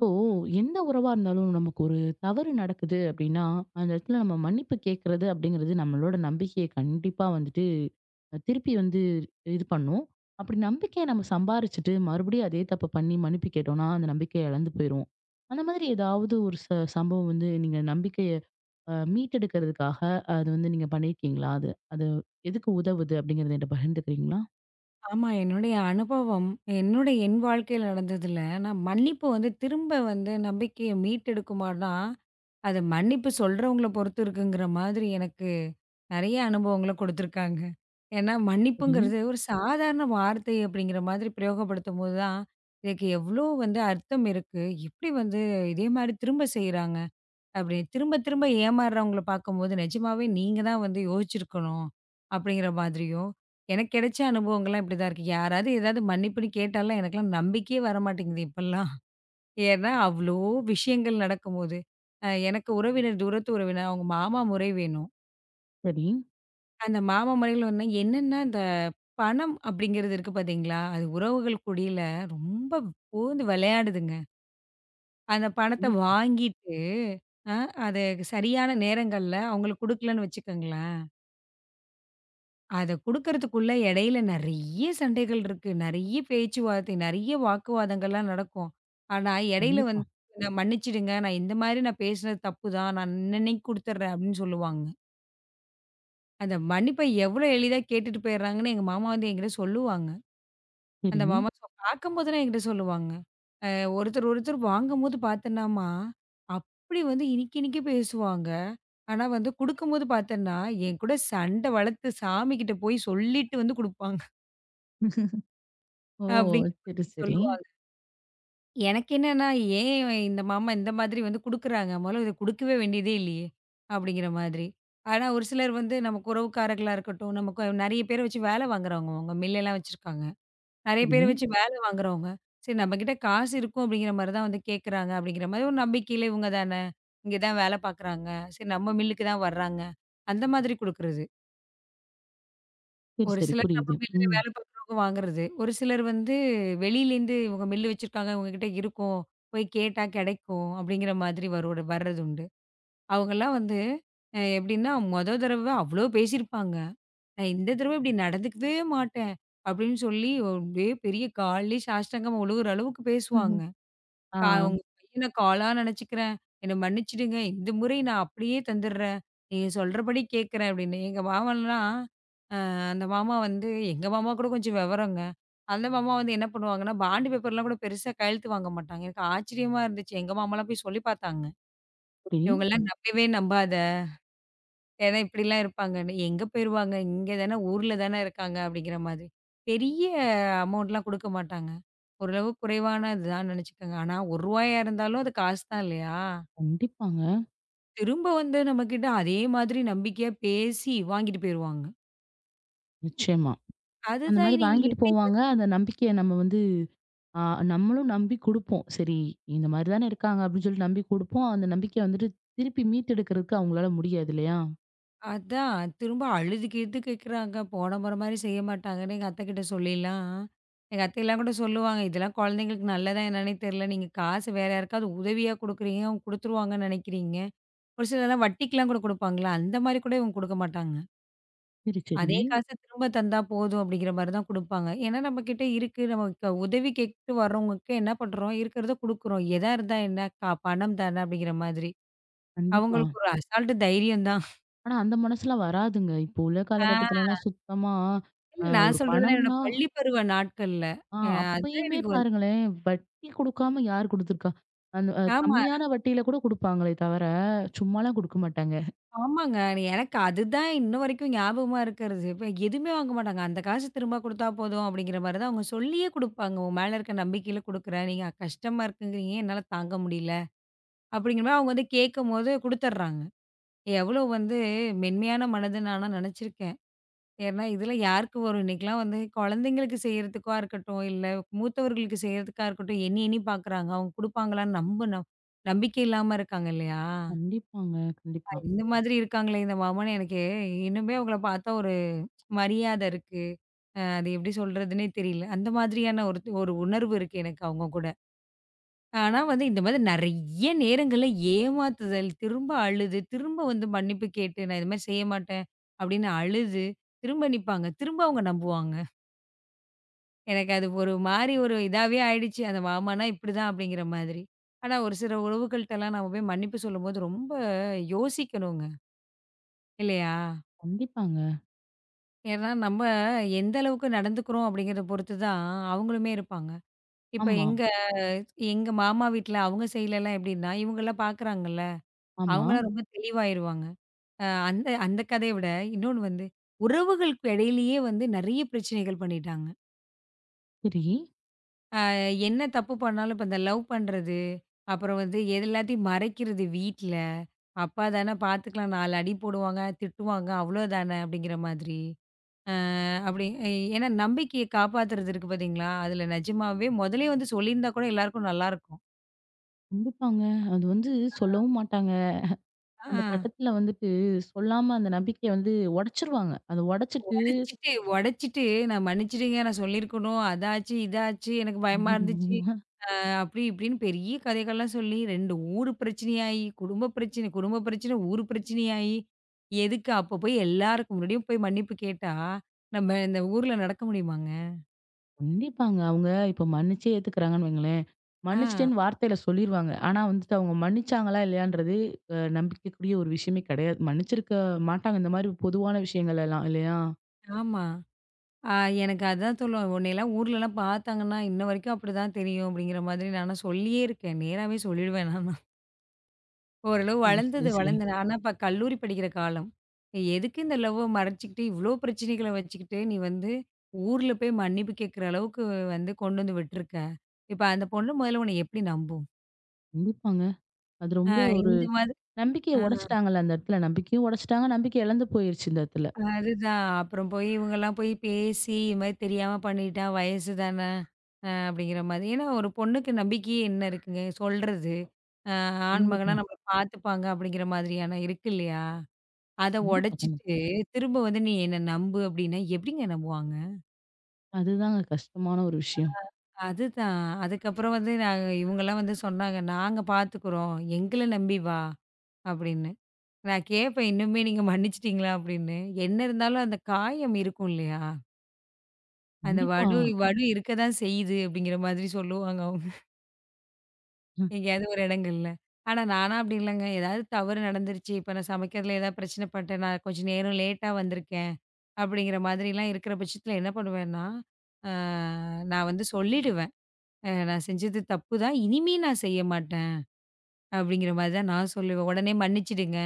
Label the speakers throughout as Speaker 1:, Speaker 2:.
Speaker 1: இப்போ எந்த உறவா இருந்தாலும் நமக்கு ஒரு தவறு நடக்குது அப்படின்னா, அந்த இடத்துல நம்ம மன்னிப்பு கேட்கறது அப்படிங்கிறது நம்மளோட நம்பிக்கைய கண்டிப்பா வந்துட்டு திருப்பி வந்து இது பண்ணும். அப்படி நம்பிக்கைய நம்ம சம்பாரிச்சுட்டு மறுபடியும் அதே தப்ப பண்ணி மன்னிப்பு கேட்டோம்னா, அந்த நம்பிக்கைய இழந்து போயிருவோம். அந்த மாதிரி ஏதாவது ஒரு சம்பவம் வந்து நீங்க நம்பிக்கைய மீட்டெடுக்கிறதுக்காக அது வந்து நீங்க பண்ணியிருக்கீங்களா? அது அது எதுக்கு உதவுது அப்படிங்கிறத என்கிட்ட பகிர்ந்துக்கிறீங்களா?
Speaker 2: ஆமா. என்னுடைய அனுபவம், என்னோட என் வாழ்க்கையில நடந்ததுல, நான் மன்னிப்பு வந்து திரும்ப வந்து நம்பிக்கைய மீட்டெடுக்குமான்னா, அது மன்னிப்பு சொல்றவங்கள பொறுத்து இருக்குங்கிற மாதிரி எனக்கு நெறைய அனுபவங்கள குடுத்துருக்காங்க. ஏன்னா
Speaker 1: சரி,
Speaker 2: மன்னிப்புங்கிறது ஒரு சாதாரண வார்த்தை அப்படிங்கிற மாதிரி பிரயோகப்படுத்தும்போது தான், இதுக்கு எவ்ளோ வந்து அர்த்தம் இருக்கு. எப்படி வந்து இதே மாரி திரும்ப செய்றாங்க? அப்படி திரும்ப திரும்ப ஏமாறுறவங்கள பார்க்கும்போது, நிஜமாவே நீங்க தான் வந்து யோசிச்சிருக்கணும், அப்படிங்கிற மாதிரியும், எனக்கு கிடைச்ச அனுபவங்கள்லாம் இப்படிதான் இருக்கு. யாராவது ஏதாவது மன்னிப்புன்னு கேட்டாலாம் எனக்கெல்லாம் நம்பிக்கையே வரமாட்டேங்குது இப்பல்லாம். ஏன்னா அவ்ளோ விஷயங்கள் நடக்கும்போது. எனக்கு உறவினர் தூரத்து உறவினர், அவங்க மாமா முறை வேணும்.
Speaker 1: சரி.
Speaker 2: அந்த மாமா முறையில வந்து என்னன்னா, இந்த பணம் அப்படிங்கிறது இருக்கு பார்த்தீங்களா? அது உறவுகள் குடியில ரொம்ப பூந்து விளையாடுதுங்க. அந்த பணத்த
Speaker 1: கண்டிப்
Speaker 2: வாங்கிட்டு, அ அது சரியான நேரங்கள்ல அவங்களுக்கு குடுக்கலன்னு வச்சுக்கங்களேன், அத குடுக்கறதுக்குள்ள இடையில நெறைய சண்டைகள் இருக்கு. நெறைய பேச்சுவார்த்தை, நெறைய வாக்குவாதங்கள்லாம் நடக்கும். ஆனா, இடையில
Speaker 1: கண்டிப்பா.
Speaker 2: வந்து நான் மன்னிச்சுடுங்க. நான் இந்த மாரி நான் பேசினது தப்பு தான். நான் இன்னன்னைக்கு குடுத்துடுறேன் அப்படின்னு சொல்லுவாங்க. அந்த மன்னிப்ப எவ்வளோ எளிதா கேட்டுட்டு போயிடுறாங்கன்னு எங்க மாமா வந்து என்கிட்ட சொல்லுவாங்க. அந்த
Speaker 1: சரி.
Speaker 2: மாமா சொ பார்க்கும்போதெல்லாம் என்கிட்ட சொல்லுவாங்க. அ ஒருத்தர், ஒருத்தர் வாங்கும்போது பார்த்தேன்னாம்மா, அப்படி வந்து இனிக்கி, இனிக்கி பேசுவாங்க. ஆனா வந்து குடுக்கும்போது பார்த்தேன்னா, என் கூட சண்டை வளர்த்து சாமிகிட்ட போய் சொல்லிட்டு வந்து குடுப்பாங்க.
Speaker 1: ஓ!
Speaker 2: அப்படிங்கிற
Speaker 1: சரி,
Speaker 2: மாதிரி
Speaker 1: சரி.
Speaker 2: சொல்லுவாங்க. எனக்கு என்னன்னா, ஏன் இந்த மாமா இந்த மாதிரி வந்து குடுக்குறாங்க? மொதல்ல இத குடுக்கவே வேண்டியதே இல்லையே! அப்படிங்கிற மாதிரி. ஆனா ஒரு சிலர் வந்து நமக்கு உறவுக்காரர்களா இருக்கட்டும், நமக்கு நெறைய பேர வச்சு வேலை வாங்குறவங்க அவங்க மில்லலாம் வச்சிருக்காங்க. நெறைய
Speaker 1: சரி.
Speaker 2: பேர வச்சு வேலை வாங்குறவங்க. சரி நம்மகிட்ட காசு இருக்கும் அப்படிங்கிற மாரி தான் வந்து கேட்குறாங்க அப்படிங்கிற மாரி ஒரு நம்பிக்கையில இவங்க தானே, இங்க தான் வேலை பார்க்குறாங்க. சரி நம்ம மில்லுக்கு தான் வர்றாங்க. அந்த மாதிரி குடுக்குறது.
Speaker 1: சரி,
Speaker 2: ஒரு
Speaker 1: சரி.
Speaker 2: சிலர் நம்ம
Speaker 1: புரியுது.
Speaker 2: மில்லுல
Speaker 1: ம்.
Speaker 2: வேலை பார்க்குறவங்க வாங்குறது. ஒரு சிலர் வந்து வெளியிலேருந்து இவங்க மில்லு வச்சிருக்காங்க, இவங்க கிட்ட இருக்கும். போய் கேட்டா கெடைக்கும் அப்படிங்கிற மாதிரி வரோட வர்றது உண்டு. அவங்கலாம் வந்து எப்படின்னா மொத தடவ அவ்ளோ பேசியிருப்பாங்க. நான் இந்த தடவ இப்படி நடந்துக்கவே மாட்டேன். அப்படின்னு சொல்லி அப்படியே பெரிய கால்லயே சாஷ்டாங்கமா விழுகுற அளவுக்கு பேசுவாங்க.
Speaker 1: ம்ஹ்ம். ஆ
Speaker 2: கா உங்க பையன காலா நினைச்சுக்கிறேன். என்ன மன்னிச்சுடுங்க. இந்த முறை நான் அப்படியே தந்துடுறேன். நீங்க சொல்றபடி கேட்கிறேன் அப்படின்னு. எங்க மாமன்லாம் அ அந்த மாமா வந்து எங்க மாமா கூட கொஞ்சம் விவரங்க. அந்த மாமா வந்து என்ன பண்ணுவாங்கன்னா, பாண்டு பேப்பர்லாம் கூட பெருசா கையெழுத்து வாங்க மாட்டாங்க. எனக்கு ஆச்சரியமா இருந்துச்சு. எங்க மாமாலாம் போய் சொல்லி பார்த்தாங்க.
Speaker 1: சரி.
Speaker 2: இவங்கலாம் நம்பவே நம்பாத. ஏன்னா இப்படிலாம் இருப்பாங்கன்னு. எங்க போயிருவாங்க? இங்க தானே, ஊர்ல தானே இருக்காங்க அப்படிங்கிற மாதிரி. பெரிய அமௌண்ட்லாம் குடுக்க மாட்டாங்க. ஓரளவு குறைவான இதுதான் நினச்சுக்கோங்க. ஆனா ரூ. 1 இருந்தாலும் அது காசு தான் இல்லையா?
Speaker 1: கண்டிப்பாங்க.
Speaker 2: திரும்ப வந்து நம்மகிட்ட அதே மாதிரி நம்பிக்கையா பேசி வாங்கிட்டு போயிருவாங்க.
Speaker 1: நிச்சயமா. அந்த
Speaker 2: அதுதான்
Speaker 1: மாரி
Speaker 2: நீங்க
Speaker 1: வாங்கிட்டு
Speaker 2: எப்படி வ
Speaker 1: போவாங்க. அந்த நம்பிக்கைய நம்ம வந்து ஆ நம்மளும் நம்பி குடுப்போம். சரி, இந்த மாரி தானே இருக்காங்க அப்படின்னு சொல்லி நம்பி குடுப்போம். அந்த நம்பிக்கைய வந்துட்டு திருப்பி மீட்டெடுக்கிறதுக்கு அவங்களால முடியாது இல்லையா?
Speaker 2: அதான் திரும்ப அழுது கிழுது கேட்குறாங்க. போன முறை மாரி செய்ய மாட்டாங்கன்னு எங்க அத்தைக்கிட்ட சொல்லிலாம், எங்க அத்தைலாம் கூட சொல்லுவாங்க, "இதெல்லாம் குழந்தைங்களுக்கு நல்லதா என்னன்னே தெரியல. நீங்க காசு வேற யாருக்காவது உதவியா குடுக்குறீங்க, அவங்க குடுத்துருவாங்கன்னு நினைக்கிறீங்க." ஒரு சிலர்லாம் வட்டிக்குலாம் கூட குடுப்பாங்கல்ல. அந்த மாரி கூட இவங்க குடுக்க மாட்டாங்க.
Speaker 1: சரி, சரி.
Speaker 2: அதே காச திரும்ப தந்தா போதும் அப்படிங்கிற மாரி தான் குடுப்பாங்க. ஏன்னா நம்மகிட்ட இருக்கு. நமக்கு உதவி கேட்டு வர்றவங்களுக்கு என்ன பண்றோம்? இருக்கிறத குடுக்குறோம். எதா இருந்தா என்ன? கா பணம் தானே அப்படிங்கிற மாதிரி.
Speaker 1: கண்டிப்பா.
Speaker 2: அவங்களுக்கு ஒரு அசால்ட்டு தைரியம் தான்.
Speaker 1: ஆனா அந்த மனசுலாம் வராதுங்க. இப்போ உள்ள
Speaker 2: ஆ
Speaker 1: காலகட்டத்துலலாம் சுத்தமா
Speaker 2: இல்ல நான்
Speaker 1: ஒரு
Speaker 2: சொல்றதுலாம் என்னோட
Speaker 1: பணம்னா
Speaker 2: பள்ளி பருவ நாட்கள்ல. அ அதுதான்
Speaker 1: அப்பயுமே
Speaker 2: எனக்கு வந்து
Speaker 1: பாருங்களேன், வட்டி குடுக்காம யார் குடுத்துருக்கா? அந்த
Speaker 2: ஆமா.
Speaker 1: கம்மியான வட்டியில கூட குடுப்பாங்களே தவிர, சும்மாலாம் குடுக்க மாட்டாங்க.
Speaker 2: ஆமாங்க. எனக்கு அதுதான் இன்ன வரைக்கும் ஞாபகமா இருக்கிறது. இப்ப எதுவுமே வாங்க மாட்டாங்க. அந்த காசு திரும்ப குடுத்தா போதும் அப்படிங்கிற மாரி தான் அவங்க சொல்லியே குடுப்பாங்க. உன் மேல இருக்க நம்பிக்கையில குடுக்குறேன். நீங்க கஷ்டமா இருக்குங்கிறீங்க. என்னால தாங்க முடியல. அப்படிங்கிற மாரி அவங்க வந்து கேட்கும்போது குடுத்துர்றாங்க. எவ்வளோ வந்து மென்மையான மனது நானா நினச்சிருக்கேன். ஏன்னா இதில யாருக்கு வரும் இன்னைக்கெல்லாம் வந்து குழந்தைங்களுக்கு செய்றதுக்கா இருக்கட்டும், இல்ல மூத்தவர்களுக்கு செய்றதுக்கா இருக்கட்டும், எண்ணி எண்ணி பார்க்குறாங்க. அவங்க குடுப்பாங்களான்னு நம்பிக்கை இல்லாம இருக்காங்க இல்லையா?
Speaker 1: கண்டிப்பாங்க, கண்டிப்பா.
Speaker 2: இந்த மாதிரி இருக்காங்களே இந்த மாமான்னு எனக்கு இன்னுமே அவங்கள பார்த்தா ஒரு மரியாதை இருக்கு. அது எப்படி சொல்றதுன்னே தெரியல. அந்த மாதிரியான ஒரு ஒரு உணர்வு இருக்கு எனக்கு அவங்க கூட. ஆனா வந்து இந்த மாதிரி நெறைய நேரங்கள்ல ஏமாத்துதல், திரும்ப அழுது, திரும்ப வந்து மன்னிப்பு கேட்டு நான் இது மாரி செய்ய மாட்டேன் அப்படின்னு அழுது, திரும்ப நிப்பாங்க. திரும்ப அவங்க நம்புவாங்க. எனக்கு அது ஒரு மாரி ஒரு இதாவே ஆயிடுச்சு. அந்த மாமான்னா இப்படிதான் அப்படிங்கிற மாதிரி. ஆனா ஒரு சில உறவுகள்ட்டலாம் நம்ம போய் மன்னிப்பு சொல்லும்போது ரொம்ப யோசிக்கணுங்க. இல்லையா?
Speaker 1: கண்டிப்பாங்க.
Speaker 2: ஏன்னா, நம்ம எந்த அளவுக்கு நடந்துக்கிறோம் அப்படிங்கிறத பொறுத்து தான் அவங்களுமே இருப்பாங்க. இப்ப
Speaker 1: ஆமா,
Speaker 2: எங்க எங்க மாமா வீட்ல அவங்க சைட்லலாம் எப்படின்னா, இவங்கலாம் பார்க்குறாங்கல்ல,
Speaker 1: ஆமா.
Speaker 2: அவங்கலாம் ரொம்ப தெளிவாயிருவாங்க. அ அந்த அந்த கதைய விட இன்னொன்னு வந்து, உறவுகளுக்கு இடையிலேயே வந்து நெறைய பிரச்சனைகள் பண்ணிட்டாங்க.
Speaker 1: சரி.
Speaker 2: அ என்ன தப்பு பண்ணாலும் இப்ப இந்த லவ் பண்றது, அப்புறம் வந்து எது எல்லாத்தையும் மறைக்கிறது வீட்ல. அப்பா தானே பார்த்துக்கலாம் 4 அடி போடுவாங்க, திட்டுவாங்க அவ்வளோதானே அப்படிங்கிற மாதிரி. அ அப்படி ஏன்னா நம்பிக்கைய காப்பாத்துறது இருக்கு பார்த்தீங்களா, அதில நிஜமாவே முதலே வந்து சொல்லியிருந்தா கூட எல்லாருக்கும் நல்லாருக்கும்.
Speaker 1: கண்டிப்பாங்க. அது வந்து சொல்லவும் மாட்டாங்க.
Speaker 2: ஆ.
Speaker 1: அந்த கட்டத்துல வந்துட்டு சொல்லாம அந்த நம்பிக்கைய வந்து உடைச்சுருவாங்க. அத உடைச்சுட்டு
Speaker 2: உடைச்சிட்டு உடைச்சிட்டு நான் மன்னிச்சுடுங்க நான் சொல்லியிருக்கணும். அதாச்சு, இதாச்சு எனக்கு பயமா இருந்துச்சு. அப்படி இப்படின்னு பெரிய கதைகள்லாம் சொல்லி 2 ஊர் பிரச்சனையாயி, குடும்ப பிரச்சனை, ஊர் பிரச்சனையாயி, எதுக்கு அப்ப போய் எல்லாருக்கு முன்னாடியும் போய் மன்னிப்பு கேட்டா, நம்ம இந்த ஊர்ல நடக்க முடியுமாங்க?
Speaker 1: கண்டிப்பாங்க. அவங்க இப்ப மன்னிச்சே ஏத்துக்கிறாங்கன்னு வைங்களேன்.
Speaker 2: ஆ.
Speaker 1: மன்னிச்சுட்டேன்னு வார்த்தையில சொல்லிருவாங்க. ஆனா வந்துட்டு அவங்க மன்னிச்சாங்களா இல்லையான்றது நம்பிக்கைக்குரிய ஒரு விஷயமே கிடையாது. மன்னிச்சிருக்க மாட்டாங்க, இந்த மாரி பொதுவான விஷயங்கள் எல்லாம் இல்லையா?
Speaker 2: ஆமா. ஆ எனக்கு அதான் சொல்லுவேன். உன்னையெல்லாம் ஊர்லலாம் பார்த்தாங்கன்னா, இன்ன வரைக்கும் அப்படிதான் தெரியும் அப்படிங்கிற மாதிரி நானா சொல்லியே இருக்கேன். நேராவே சொல்லிடுவேன் நானா. ஓரளவு
Speaker 1: ஓ!
Speaker 2: வளர்ந்தது
Speaker 1: சரி, சரி.
Speaker 2: வளர்ந்தது. ஆனா இப்ப கல்லூரி படிக்கிற காலம். நீ எதுக்கு இந்த லவ்வ மறைச்சுக்கிட்டு, இவ்ளோ பிரச்சனைகள வச்சுக்கிட்டு, நீ வந்து ஊர்ல போய் மன்னிப்பு கேட்கிற அளவுக்கு வந்து கொண்டு வந்து விட்டுருக்க. இப்ப அந்த பொண்ணு முதல்ல உன்னை எப்படி நம்பும்?
Speaker 1: கண்டிப்பாங்க. அது
Speaker 2: ஆ
Speaker 1: ரொம்ப
Speaker 2: இந்த மாதிரி
Speaker 1: நம்பிக்கைய
Speaker 2: ஆ
Speaker 1: உடைச்சுட்டாங்கல்ல அந்த இடத்துல. நம்பிக்கையும் உடைச்சுட்டாங்க. நம்பிக்கை இழந்து போயிருச்சு இந்த இடத்துல.
Speaker 2: அதுதான். அப்புறம் போய் இவங்கலாம் போய் பேசி, இது மாதிரி தெரியாம பண்ணிட்டா வயசு தான. அப்படிங்கிற மாதிரி. ஏன்னா, ஒரு பொண்ணுக்கு நம்பிக்கையே என்ன இருக்குங்க? சொல்றது. அ ஆண் மகனா
Speaker 1: கண்டிப்பா,
Speaker 2: நம்மள பார்த்துப்பாங்க அப்படிங்கிற மாதிரியான இருக்கு இல்லையா? அத
Speaker 1: கண்டிப்பா, கண்டிப்பா.
Speaker 2: உடைச்சிட்டு, திரும்ப வந்து "நீ என்ன நம்பு" அப்படின்னா, எப்படிங்க நம்புவாங்க?
Speaker 1: அதுதாங்க கஷ்டமான ஒரு விஷயம்.
Speaker 2: அதுதான். அதுக்கப்புறம் வந்து நாங்க இவங்கலாம் வந்து சொன்னாங்க, "நாங்க பார்த்துக்குறோம். எங்கள நம்பி வா" அப்படின்னு. நான் கேட்பேன், "இன்னுமே நீங்க மன்னிச்சுட்டீங்களா?" அப்படின்னு. என்ன இருந்தாலும் அந்த காயம் இருக்கும் இல்லையா? அந்த
Speaker 1: கண்டிப்பா.
Speaker 2: வடு வடு இருக்க தான் செய்யுது அப்படிங்கிற மாதிரி சொல்லுவாங்க அவங்க.
Speaker 1: அ,
Speaker 2: எங்கேயாவது ஒரு இடங்கள்ல. ஆனா நானா அப்படி இல்லங்க. ஏதாவது தவறு நடந்துருச்சு. இப்ப நான் சமைக்கிறதுல ஏதாவது பிரச்சனை பண்ணிட்டேன். நான் கொஞ்சம் நேரம் லேட்டா வந்திருக்கேன். அப்படிங்கிற மாதிரிலாம் இருக்கிற பட்சத்தில என்ன பண்ணுவேன்னா, அ நான் வந்து சொல்லிடுவேன். நான் செஞ்சது தப்பு தான். இனிமே நான் செய்ய மாட்டேன். அப்படிங்கிற மாதிரி தான் நான் சொல்லுவேன். உடனே மன்னிச்சிடுங்க.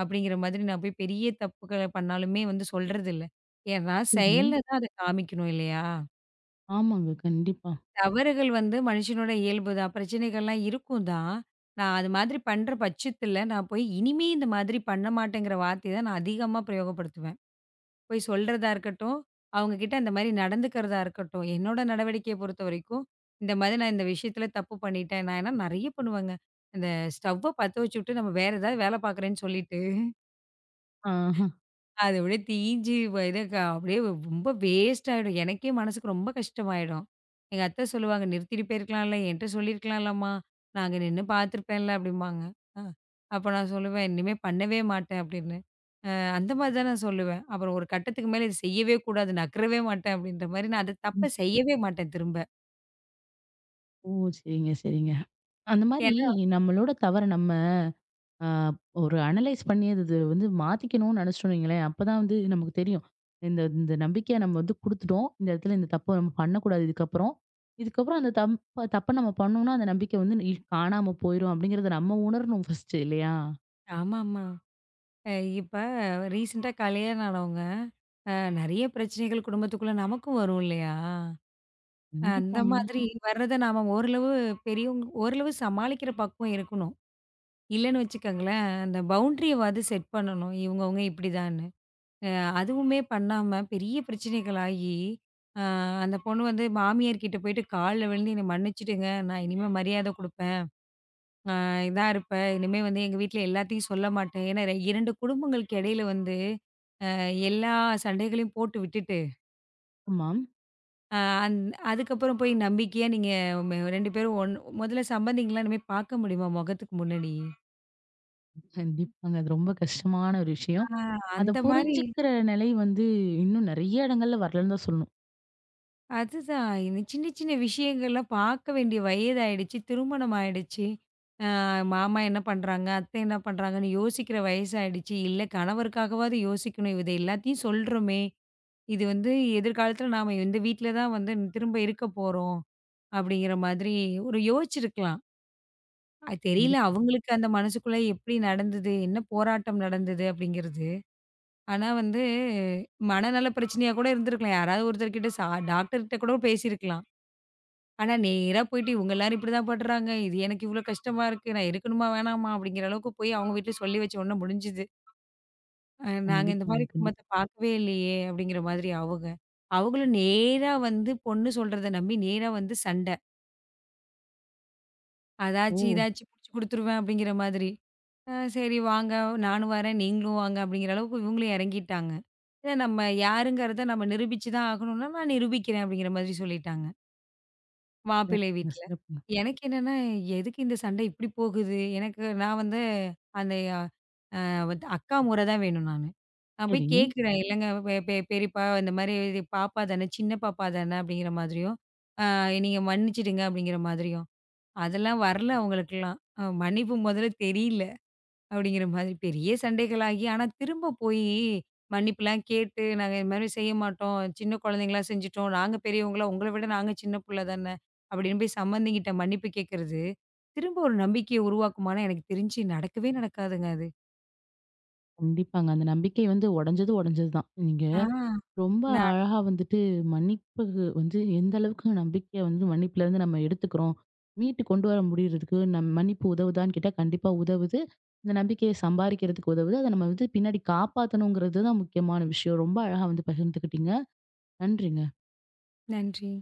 Speaker 2: அப்படிங்கிற மாதிரி நான் போய் பெரிய தப்புக்கள பண்ணாலுமே வந்து சொல்றதில்ல. ஏன்னா
Speaker 1: சரி.
Speaker 2: செயல்ல தான் அத காமிக்கணும் இல்லையா?
Speaker 1: ஆமாங்க. கண்டிப்பா.
Speaker 2: தவறுகள் வந்து மனுஷனோட இயல்பு தான். பிரச்சனைகள்லாம் இருக்கும் தான். நான் அது மாதிரி பண்ற பட்சத்தில, நான் போய் இனிமே இந்த மாதிரி பண்ண மாட்டேங்கிற வார்த்தைய தான் நான் அதிகமா பிரயோகப்படுத்துவேன். போய் சொல்றதா இருக்கட்டும், அவங்க கிட்ட அந்த மாரி நடந்துக்கிறதா இருக்கட்டும். என்னோட நடவடிக்கைய பொறுத்தவரைக்கும், இந்த மாதிரி நான் இந்த விஷயத்தில தப்பு பண்ணிட்டேன். நான் ஏன்னா நெறைய பண்ணுவேங்க. இந்த ஸ்டவ்வ பத்த வச்சுட்டு, நம்ம வேற ஏதாவது வேல பார்க்குறேன்னு சொல்லிட்டு
Speaker 1: ஆஹ.
Speaker 2: அது அப்படியே தீஞ்சு போயிடும். க அப்படியே ரொம்ப வேஸ்ட் ஆயிடும். எனக்கே மனசுக்கு ரொம்ப கஷ்டமாயிடும். எங்க அத்தை சொல்லுவாங்க, "நிறுத்திட்டு போயிருக்கலாம்ல, என்ட்ட சொல்லியிருக்கலாம்லம்மா. நான் அங்க நின்னு பார்த்துருப்பேன்ல" அப்படிம்பாங்க. அ அப்ப நான் சொல்லுவேன், "இனிமே பண்ணவே மாட்டேன்" அப்படின்னு. அந்த மாதிரி தான் நான் சொல்லுவேன். அப்புறம் ஒரு கட்டத்துக்கு மேல இது செய்யவே கூடாது, நகரவே மாட்டேன் அப்படின்ற மாரி நான் அந்த தப்ப
Speaker 1: ம்.
Speaker 2: செய்யவே மாட்டேன் திரும்ப.
Speaker 1: ஓ! சரிங்க, சரிங்க. அந்த மாரி
Speaker 2: ஏன்னா
Speaker 1: நம்மளோட தவற நம்ம ஆ ஒரு அனலைஸ் பண்ணி அது இது வந்து மாத்திக்கணும்னு நினைச்சிட்டோம்னு வைங்களேன், அப்பதான் வந்து நமக்கு தெரியும். இந்த இந்த நம்பிக்கைய நம்ம வந்து குடுத்துட்டோம். இந்த இடத்துல இந்த தப்ப நம்ம பண்ணக்கூடாது இதுக்கப்புறம். இதுக்கப்புறம் அந்த தம் தப்ப தப்பை நம்ம பண்ணோம்னா, அந்த நம்பிக்கை வந்து காணாம போயிரும் அப்படிங்கிறத நம்ம உணரணும் ஃபர்ஸ்ட் இல்லையா?
Speaker 2: ஆமாமா. அ இப்ப ரீசென்ட்டா கல்யாணம் ஆனவங்க, அ நெறைய பிரச்சனைகள் குடும்பத்துக்குள்ள நமக்கும் வரும் இல்லையா? அந்த
Speaker 1: கண்டிப்பாங்க.
Speaker 2: மாதிரி வர்றத நாம ஓரளவு பெரியவங்க ஓரளவு சமாளிக்கிற பக்குவம் இருக்கணும். இல்லன்னு வச்சுக்கோங்களேன், அந்த பவுண்டரியவாது செட் பண்ணணும். இவங்கவங்க இப்படிதான்னு. அ அதுவுமே பண்ணாம பெரிய பிரச்சனைகளாகி, அ அந்த பொண்ணு வந்து மாமியார் கிட்ட போயிட்டு கால்ல விழுந்து "என்ன மன்னிச்சுடுங்க. நான் இனிமே மரியாதை குடுப்பேன். அ இதா இருப்பேன். இனிமே வந்து எங்க வீட்ல எல்லாத்தையும் சொல்ல மாட்டேன்." ஏன்னா 2 குடும்பங்களுக்கு இடையில வந்து எல்லா சண்டைகளையும் போட்டு விட்டுட்டு
Speaker 1: ஆமாம்.
Speaker 2: அ அந் அதுக்கப்புறம் போய் நம்பிக்கையா நீங்க ம் 2 பேரும் ஒண் முதல்ல சம்பந்திங்களா இனிமே பார்க்க முடியுமா முகத்துக்கு முன்னாடி?
Speaker 1: கண்டிப்பாங்க. அது ரொம்ப கஷ்டமான ஒரு விஷயம்.
Speaker 2: ஆ
Speaker 1: அத
Speaker 2: அந்த மாரி
Speaker 1: புரிஞ்சுக்கிற நிலை வந்து இன்னும் நெறைய இடங்கள்ல வரலன்னு தான் சொல்லணும்.
Speaker 2: அதுதான். இந்த சின்ன சின்ன விஷயங்கள்லாம் பார்க்க வேண்டிய வயது ஆயிடுச்சு. திருமணம் ஆயிடுச்சு. அ மாமா என்ன பண்றாங்க? அத்தை என்ன பண்றாங்கன்னு யோசிக்கிற வயசாயிடுச்சு. இல்ல கணவருக்காகவாவது யோசிக்கணும். இத எல்லாத்தையும் சொல்றோமே! இது வந்து எதிர்காலத்துல நாம இந்த வீட்ல தான் வந்து திரும்ப இருக்க போறோம். அப்படிங்கிற மாதிரி ஒரு யோசிச்சிருக்கலாம். அது தெரியல.
Speaker 1: கண்டிப்பா,
Speaker 2: அவங்களுக்கு அந்த மனசுக்குள்ள எப்படி நடந்தது? என்ன போராட்டம் நடந்தது? அப்படிங்கிறது. ஆனா வந்து மனநல பிரச்சனையா கூட இருந்திருக்கலாம். யாராவது ஒருத்தர்கிட்ட சா டாக்டர்கிட்ட கூட பேசியிருக்கலாம். ஆனா நேரா போயிட்டு இவங்க எல்லாரும் இப்படிதான் படுறாங்க. இது எனக்கு இவ்ளோ கஷ்டமா இருக்கு. நான் இருக்கணுமா? வேணாமா? அப்படிங்கிற அளவுக்கு போய் அவங்க வீட்ல சொல்லி வச்ச உடனே முடிஞ்சுது. நாங்க இந்த மாரி
Speaker 1: கண்டிப்பாங்க.
Speaker 2: குடும்பத்த
Speaker 1: கண்டிப்பா.
Speaker 2: பார்க்கவே இல்லையே! அப்படிங்கிற மாதிரி அவங்க. அவங்களும் நேரா வந்து பொண்ணு சொல்றத நம்பி நேரா வந்து சண்ட.
Speaker 1: ஓ!
Speaker 2: அதாச்சு, இதாச்சு புடிச்சு குடுத்துருவேன் அப்படிங்கிற மாதிரி. சரி வாங்க, நானும் வரேன், நீங்களும் வாங்க அப்படிங்கிற அளவுக்கு இவங்களும் எறங்கிட்டாங்க. ஏன்னா நம்ம யாருங்கிறத நம்ம நிரூபிச்சு தான் ஆகணும்னா, நான் நிரூபிக்கிறேன் அப்படிங்கிற மாதிரி சொல்லிட்டாங்க, மாப்பிள்ளை
Speaker 1: சிறப்புங்க,
Speaker 2: வீட்ல.
Speaker 1: சிறப்புங்க.
Speaker 2: எனக்கு என்னன்னா, எதுக்கு இந்த சண்டை இப்படி போகுது? எனக்கு நான் வந்து அந்த வந்து அக்கா முறை தான் வேணும் நானு. நான் போய்
Speaker 1: சரி.
Speaker 2: கேட்கிறேன், "இல்லங்க பெ பெ பெரியப்பா இந்த மாரி இது பாப்பா தானே, சின்ன பாப்பா தானே" அப்படிங்கிற மாதிரியும், "அ நீங்க மன்னிச்சுடுங்க" அப்படிங்கிற மாதிரியும். அதெல்லாம் வரல அவங்களுக்கெல்லாம். மன்னிப்பு மொதல்ல தெரியல, அப்படிங்கிற மாதிரி. பெரிய சண்டைகளாகி, ஆனா திரும்ப போயி மன்னிப்புலாம் கேட்டு, "நாங்க இது மாரி செய்ய மாட்டோம். சின்ன குழந்தைங்களா செஞ்சுட்டோம். நாங்க பெரியவங்களா, உங்கள விட நாங்க சின்ன புள்ள தான." அப்படின்னு போய் சம்பந்திகிட்ட மன்னிப்பு கேட்கறது, திரும்ப ஒரு நம்பிக்கைய உருவாக்குமான்னா, எனக்கு தெரிஞ்சு நடக்கவே நடக்காதுங்க அது.
Speaker 1: கண்டிப்பாங்க. அந்த நம்பிக்கை வந்து உடைஞ்சது உடைஞ்சது தான். நீங்க
Speaker 2: ஆ.
Speaker 1: ரொம்ப
Speaker 2: ந
Speaker 1: அழகா வந்துட்டு மன்னிப்புக்கு வந்து எந்த அளவுக்கு நம்பிக்கைய வந்து மன்னிப்புலருந்து நம்ம எடுத்துக்கிறோம். மீட்டு கொண்டு வர முடியறதுக்கு நம் மன்னிப்பு உதவுதான்னு கேட்டா கண்டிப்பா உதவுது. இந்த நம்பிக்கைய சம்பாரிக்கிறதுக்கு உதவுது. அத நம்ம வந்து பின்னாடி காப்பாத்தணுங்கிறது தான் முக்கியமான விஷயம். ரொம்ப அழகா வந்து பகிர்ந்துக்கிட்டீங்க. நன்றிங்க.
Speaker 2: நன்றி.